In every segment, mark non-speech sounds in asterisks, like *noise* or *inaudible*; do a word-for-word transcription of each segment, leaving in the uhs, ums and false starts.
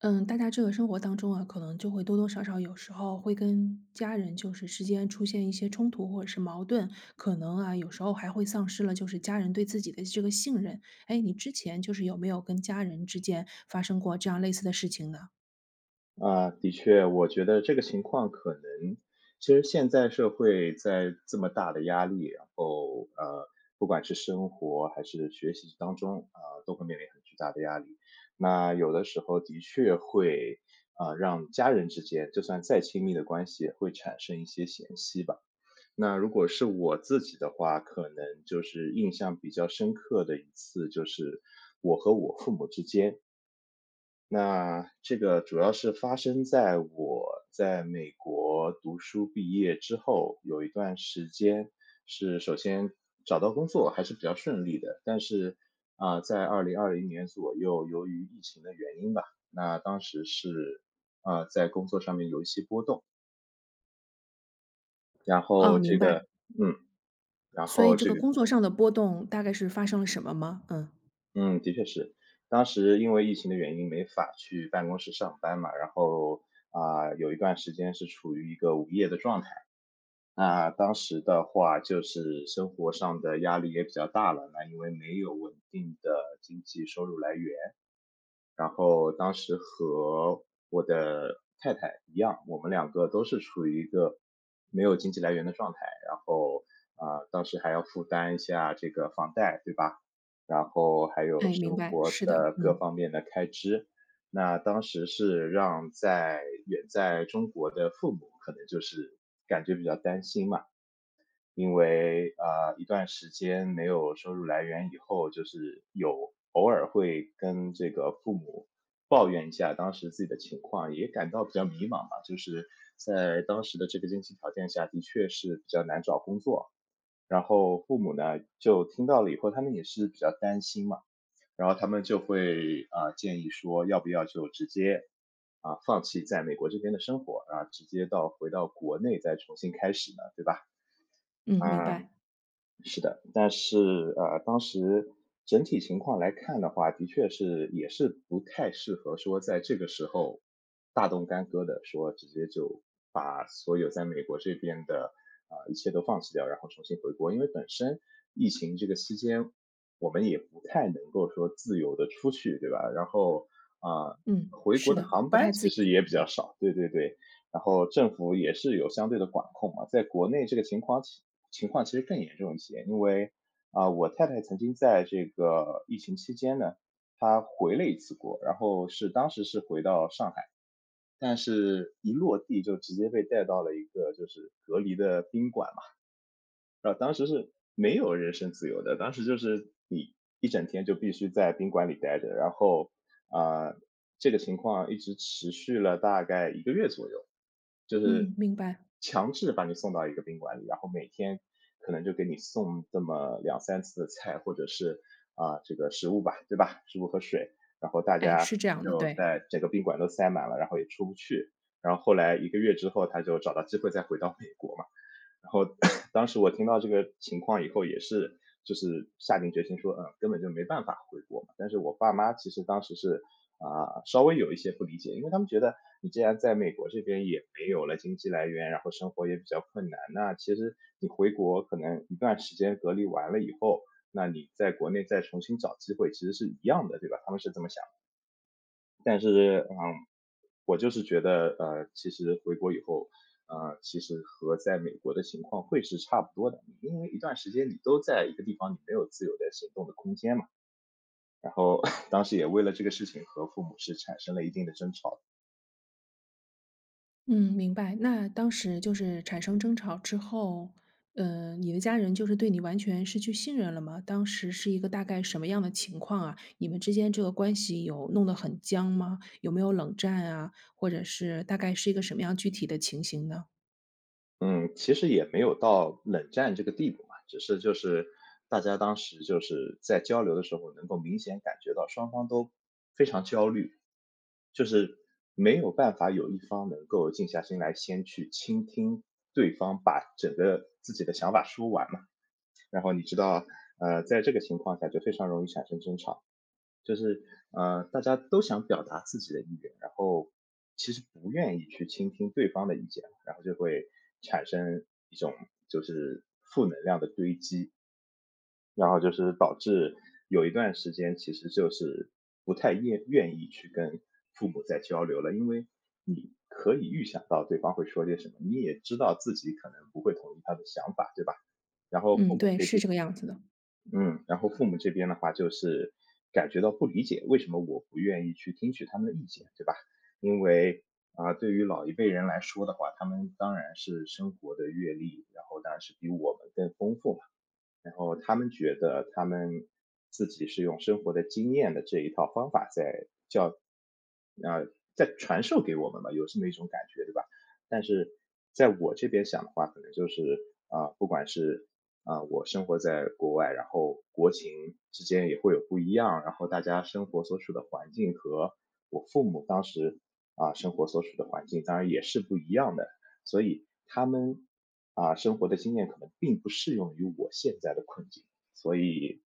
嗯，大家这个生活当中啊，可能就会多多少少有时候会跟家人就是之间出现一些冲突或者是矛盾，可能啊有时候还会丧失了就是家人对自己的这个信任。哎，你之前就是有没有跟家人之间发生过这样类似的事情呢？啊，的确，我觉得这个情况可能，其实现在社会在这么大的压力，然后呃，不管是生活还是学习当中，啊、都会面临很巨大的压力。那有的时候的确会，啊，让家人之间，就算再亲密的关系，会产生一些嫌隙吧。那如果是我自己的话，可能就是印象比较深刻的一次，就是那这个主要是发生在我在美国读书毕业之后，有一段时间是首先找到工作还是比较顺利的，但是，啊，呃在二零二零年左右，由于疫情的原因吧，那当时是，啊，呃在工作上面有一些波动，然后啊，这明白。个嗯，然所以后这这个个工作上的波动大概是发生了什么吗？嗯，嗯，的确是。当时因为疫情的原因没法去办公室上班嘛，然后，啊，有一段时间是处于一个无业的状态。那当时的话就是生活上的压力也比较大了，那因为没有稳定的经济收入来源。然后当时和我的太太一样，我们两个都是处于一个没有经济来源的状态，然后，啊，呃当时还要负担一下这个房贷，对吧？然后还有哎，明生白，活是的，的各嗯方面的开支。那当时是让在远在中国的父母可能就是感觉比较担心嘛。因为啊，一段时间没有收入来源以后，就是有偶尔会跟这个父母抱怨一下当时自己的情况，也感到比较迷茫吧。就是在当时的这个经济条件下，的确是比较难找工作。然后父母呢就听到了以后，他们也是比较担心嘛，然后他们就会啊建议说，要不要就直接啊、放弃在美国这边的生活啊，直接到回到国内再重新开始呢，对吧？嗯，明白，是的，但是呃，当时整体情况来看的话，的确是也是不太适合说在这个时候大动干戈的，说直接就把所有在美国这边的啊、呃一切都放弃掉，然后重新回国，因为本身疫情这个期间，我们也不太能够说自由的出去，对吧？然后啊、呃嗯，回国是的的，航不班太自其由，实也比较少，对对对，然后政府也是有相对的管控嘛。在国内这个情况其情况其实更严重一些，因为啊，我太太曾经在这个疫情期间呢，她回了一次国，然后是当时是回到上海，但是一落地就直接被带到了一个就是隔离的宾馆嘛。啊，当时是没有人身自由的，当时就是你一整天就必须在宾馆里待着，然后，啊，呃这个情况一直持续了大概一个月左右，就是嗯，明白，强制把你送到一个宾馆里，然后每天可能就给你送这么两三次的菜或者是，啊，这个食物吧，对吧？食物和水，然后大哎，家是这样的，就对。在整个宾馆都塞满了，然后也出不去。然后后来一个月之后，他就找到机会再回到美国嘛。然后 *coughs* 当时我听到这个情况以后，也是就是下定决心说，嗯，根本就没办法回国嘛。但是我爸妈其实当时是啊、稍微有一些不理解，因为他们觉得你既然在美国这边也没有了经济来源，然后生活也比较困难，那其实你回国可能一段时间隔离完了以后，那你在国内再重新找机会，其实是一样的，对吧？他们是这么想。但是，嗯，我就是觉得，呃，其实回国以后，呃，其实和在美国的情况会是差不多的，因为一段时间你都在一个地方，你没有自由的行动的空间嘛。然后 *laughs* 当时也为了这个事情和父母是产生了一定的争吵。嗯，明白。那当时就是产生争吵之后，呃，你的家人就是对你完全失去信任了吗？当时是一个大概什么样的情况啊？你们之间这个关系有弄得很僵吗？有没有冷战啊？或者是大概是一个什么样具体的情形呢？嗯，其实也没有到冷战这个地步嘛，只是就是大家当时就是在交流的时候，能够明显感觉到双方都非常焦虑，就是没有办法有一方能够静下心来，先去倾听对方把整个自己的想法说完嘛。然后你知道，呃，在这个情况下就非常容易产生争吵，就是呃，大家都想表达自己的意愿，然后其实不愿意去倾听对方的意见，然后就会产生一种就是负能量的堆积，然后就是导致有一段时间其实就是不太愿愿意去跟父母再交流了，因为你可以预想到对方会说些什么，你也知道自己可能不会同意他的想法，对吧？嗯，对，是这个样子的。嗯，然后父母这边的话，就是感觉到不理解，为什么我不愿意去听取他们的意见，对吧？因为啊、对于老一辈人来说的话，他们当然是生活的阅历，然后当然是比我们更丰富嘛。然后他们觉得他们自己是用生活的经验的这一套方法在教，啊、在传授给我们嘛，有这么一种感觉，对吧？但是在我这边想的话，可能就是啊、不管是啊、我生活在国外，然后国情之间也会有不一样，然后大家生活所处的环境和我父母当时啊、生活所处的环境当然也是不一样的，所以他们啊、生活的经验可能并不适用于我现在的困境，所以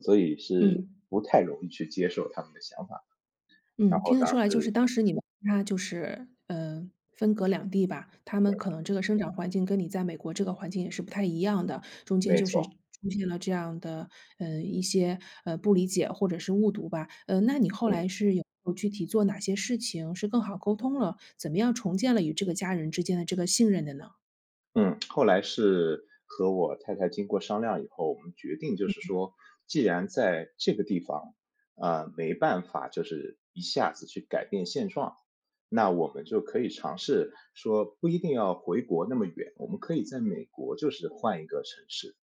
所以是嗯。不太容易去接受他们的想法，然嗯，后听得当出来，就是时当时你们他就是，呃，分隔两地吧，他们可能这个生长环境跟你在美国这个环境也是不太一样的，中间没就是出错，现了这样的，呃，一些，呃，不理解或者是误读吧。呃，那你后嗯。来是有有具体做哪些事情是更好沟通了，怎么样重建了与这个家人之间的这个信任的呢？嗯，后来是和我太太经过商量以后，我们决定就是说，既然在这个地方，啊没办法就是一下子去改变现状，那我们就可以尝试说不一定要回国那么远，我们可以在美国就是换一个城市，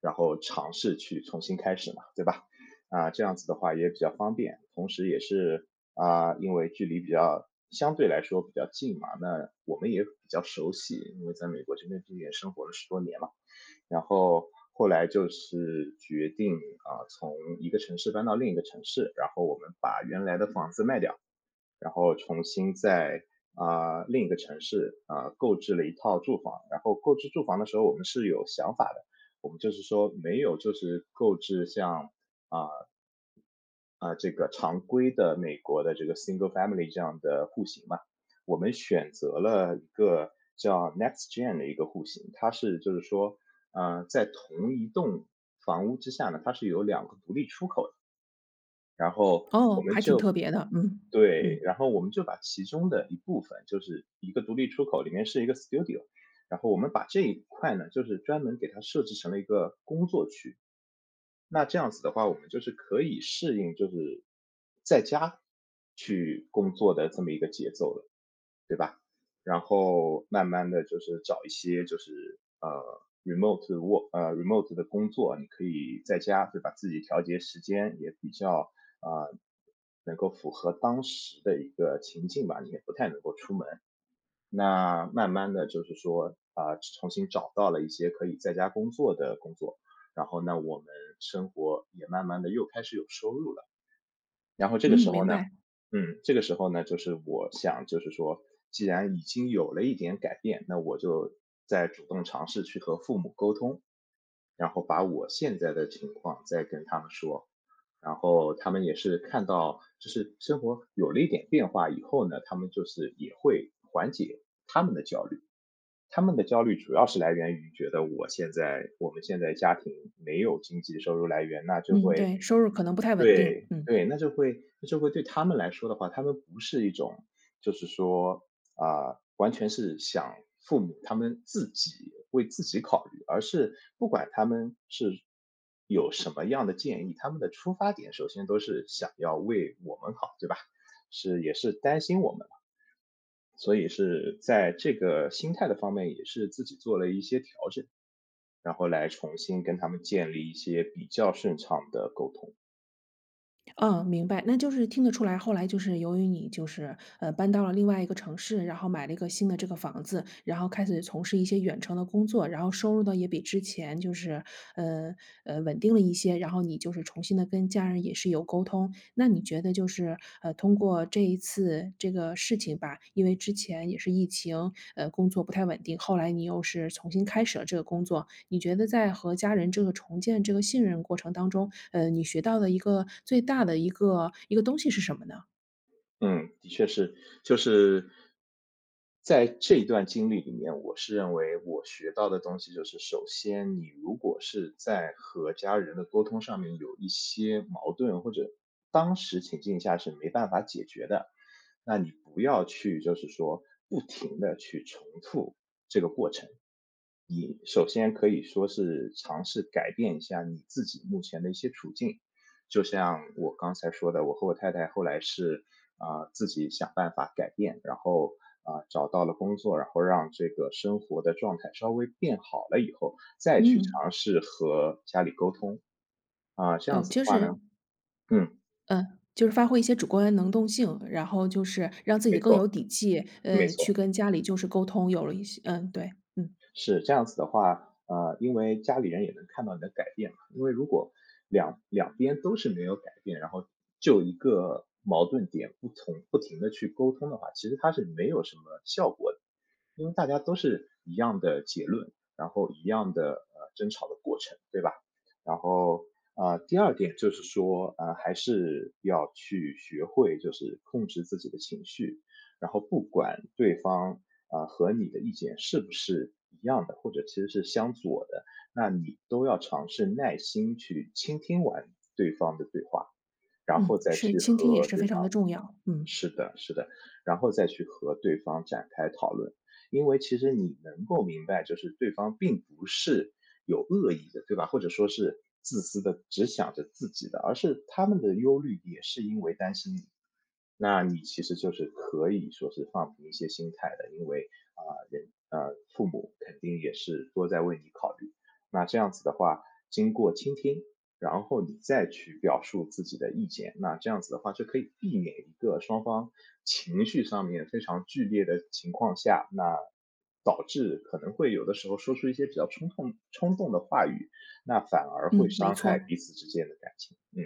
然后尝试去重新开始嘛，对吧？啊，这样子的话也比较方便，同时也是啊，因为距离比较相对来说比较近嘛，那我们也比较熟悉，因为在美国这边毕竟生活了十多年嘛。然后后来就是决定，啊，从一个城市搬到另一个城市，然后我们把原来的房子卖掉，然后重新在，啊，另一个城市，啊，购置了一套住房。然后购置住房的时候我们是有想法的，我们就是说没有就是购置像啊、呃这个常规的美国的这个 single family 这样的户型嘛，我们选择了一个叫 Next Gen 的一个户型，它是就是说，呃，在同一栋房屋之下呢，它是有两个独立出口的，然后哦，还挺特别的，嗯，对，嗯，然后我们就把其中的一部分，就是一个独立出口，里面是一个 studio，然后我们把这一块呢，就是专门给它设置成了一个工作区。那这样子的话，我们就是可以适应就是在家去工作的这么一个节奏了，对吧？然后慢慢的就是找一些就是呃 remote work 呃 remote 的工作，你可以在家对吧，自己调节时间也比较啊、呃能够符合当时的一个情境吧，你也不太能够出门。那慢慢的就是说啊、重新找到了一些可以在家工作的工作，然后呢，我们生活也慢慢的又开始有收入了。然后这个嗯，时候明呢白，嗯，这个时候呢，就是我想就是说，既然已经有了一点改变，那我就再主动尝试去和父母沟通，然后把我现在的情况再跟他们说。然后他们也是看到就是生活有了一点变化以后呢，他们就是也会缓解他们的焦虑。他们的焦虑主要是来源于觉得我现在我们现在家庭没有经济收入来源，那就嗯，会对，收入可能不太稳定，对，嗯。对，那就会那就会对他们来说的话，他们不是一种就是说，啊，完全是想父母他们自己为自己考虑，而是不管他们是有什么样的建议，他们的出发点首先都是想要为我们好，对吧？是也是担心我们嘛。所以是在这个心态的方面也是自己做了一些调整，然后来重新跟他们建立一些比较顺畅的沟通。嗯，明白。那就是听得出来，后来就是由于你就是，呃，搬到了另外一个城市，然后买了一个新的这个房子，然后开始从事一些远程的工作，然后收入呢也比之前就是，呃，呃，稳定了一些，然后你就是重新的跟家人也是有沟通，那你觉得就是，呃，通过这一次这个事情吧，因为之前也是疫情，呃，工作不太稳定，后来你又是重新开始了这个工作，你觉得在和家人这个重建这个信任过程当中，呃，你学到的一个最大的一个一个东西是什么呢？嗯，的确是，就是在这段经历里面，我是认为我学到的东西就是，首先你如果是在和家人的沟通上面有一些矛盾，或者当时情境下是没办法解决的，那你不要去就是说不停的去重复这个过程。你首先可以说是尝试改变一下你自己目前的一些处境。就像我刚才说的，我和我太太后来是啊、呃自己想办法改变，然后啊、呃找到了工作，然后让这个生活的状态稍微变好了以后，再去嗯，尝试和家里沟通啊、这样哦，子的就话是呢，嗯，呃，就是发挥一些主观能动性，然后就是让自没己更错，有底气，没呃，去错。跟家里就是沟通，有了一些嗯，对，嗯，是这样子的话，呃，因为家里人也能看到你的改变嘛。因为如果两两边都是没有改变，然后就一个矛盾点不同不停的去沟通的话，其实它是没有什么效果的。因为大家都是一样的结论，然后一样的呃争吵的过程，对吧？然后呃，第二点就是说，呃，还是要去学会就是控制自己的情绪，然后不管对方呃和你的意见是不是一样的，或者其实是相左的，那你都要尝试耐心去倾听完对方的对话，然后嗯，再是去倾听也和是对非常的方。重要，嗯，是的，是的，然后再去和对方展开讨论，因为其实你能够明白，就是对方并不是有恶意的，对吧？或者说是自私的，只想着自己的，而是他们的忧虑也是因为担心你。那你其实就是可以说是放平一些心态的，因为啊、人啊，父母肯定也是多在为你考虑。那这样子的话，经过倾听，然后你再去表述自己的意见，那这样子的话就可以避免一个双方情绪上面非常剧烈的情况下，那导致可能会有的时候说出一些比较冲动冲动的话语，那反而会嗯，没伤害错。彼此之间的感情。嗯，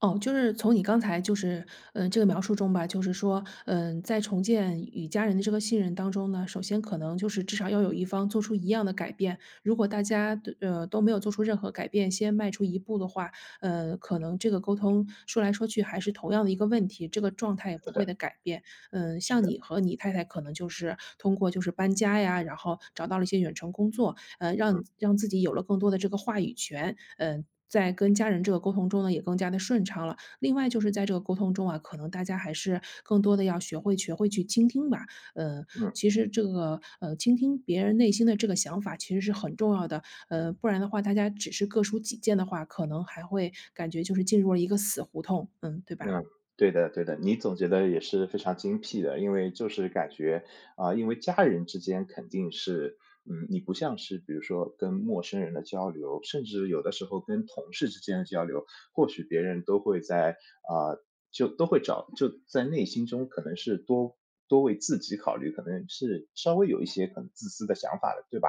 哦，就是从你刚才就是，嗯这个描述中吧，就是说，嗯，在重建与家人的这个信任当中呢，首先可能就是至少要有一方做出一样的改变。如果大家都呃，都没有做出任何改变，先迈出一步的话，呃，可能这个沟通说来说去还是同样的一个问题，这个状态也是不会的，的改变。嗯，是像的，你和你太太可能就是通过就是搬家呀，然后找到了一些远程工作，呃，让嗯让自己有了更多的这个话语权，嗯、在跟家人这个沟通中呢，也更加的顺畅了。另外就是在这个沟通中啊，可能大家还是更多的要学会学会去倾听吧。嗯，嗯。其实这个呃，倾听别人内心的这个想法其实是很重要的。呃，不然的话，大家只是各抒己见的话，可能还会感觉就是进入了一个死胡同，嗯，对吧？嗯，对的对的，你总结的也是非常精辟的。因为就是感觉，啊，因为家人之间肯定是嗯，你不像是比如说跟陌生人的交流，甚至有的时候跟同事之间的交流，或许别人都会在啊，就都会找就在内心中可能是多多为自己考虑，可能是稍微有一些可能自私的想法的，对吧？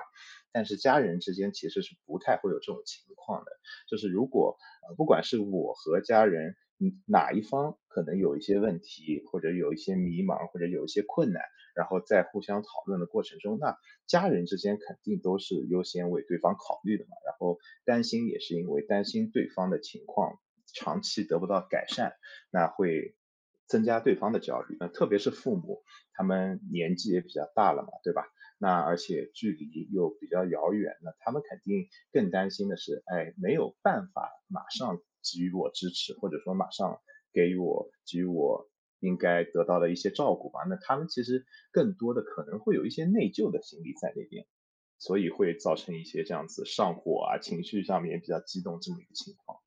但是家人之间其实是不太会有这种情况的。就是如果呃，不管是我和家人，嗯，哪一方可能有一些问题，或者有一些迷茫，或者有一些困难，然后在互相讨论的过程中，那家人之间肯定都是优先为对方考虑的嘛。然后担心也是因为担心对方的情况长期得不到改善，那会增加对方的焦虑。那特别是父母，他们年纪也比较大了嘛，对吧？那而且距离又比较遥远，那他们肯定更担心的是，哎，没有办法马上给予我支持，或者说马上给予我给予我应该得到的一些照顾吧。那他们其实更多的可能会有一些内疚的心理在那边，所以会造成一些这样子上火啊，情绪上面比较激动这么一个情况。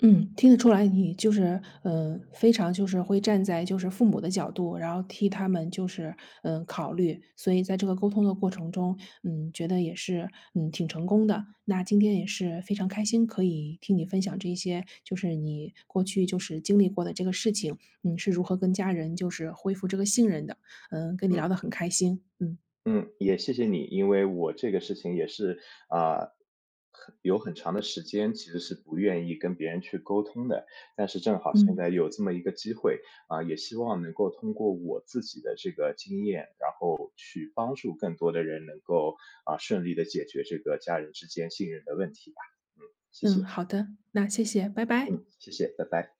嗯，听得出来你就是，呃，非常就是会站在就是父母的角度，然后替他们就是，嗯呃考虑，所以在这个沟通的过程中，嗯，觉得也是，嗯，挺成功的。那今天也是非常开心，可以听你分享这些，就是你过去就是经历过的这个事情，嗯，是如何跟家人就是恢复这个信任的。嗯，跟你嗯。聊得很开心，嗯，嗯，也谢谢你，因为我这个事情也是，啊，很有很长的时间其实是不愿意跟别人去沟通的，但是正好现嗯。在有这么一个机会，啊，也希望能够通过我自己的这个经验，然后去帮助更多的人能够，啊，顺利的解决这个家人之间信任的问题吧。嗯，谢谢，嗯，好的，那谢谢，拜拜。嗯，谢谢，拜拜。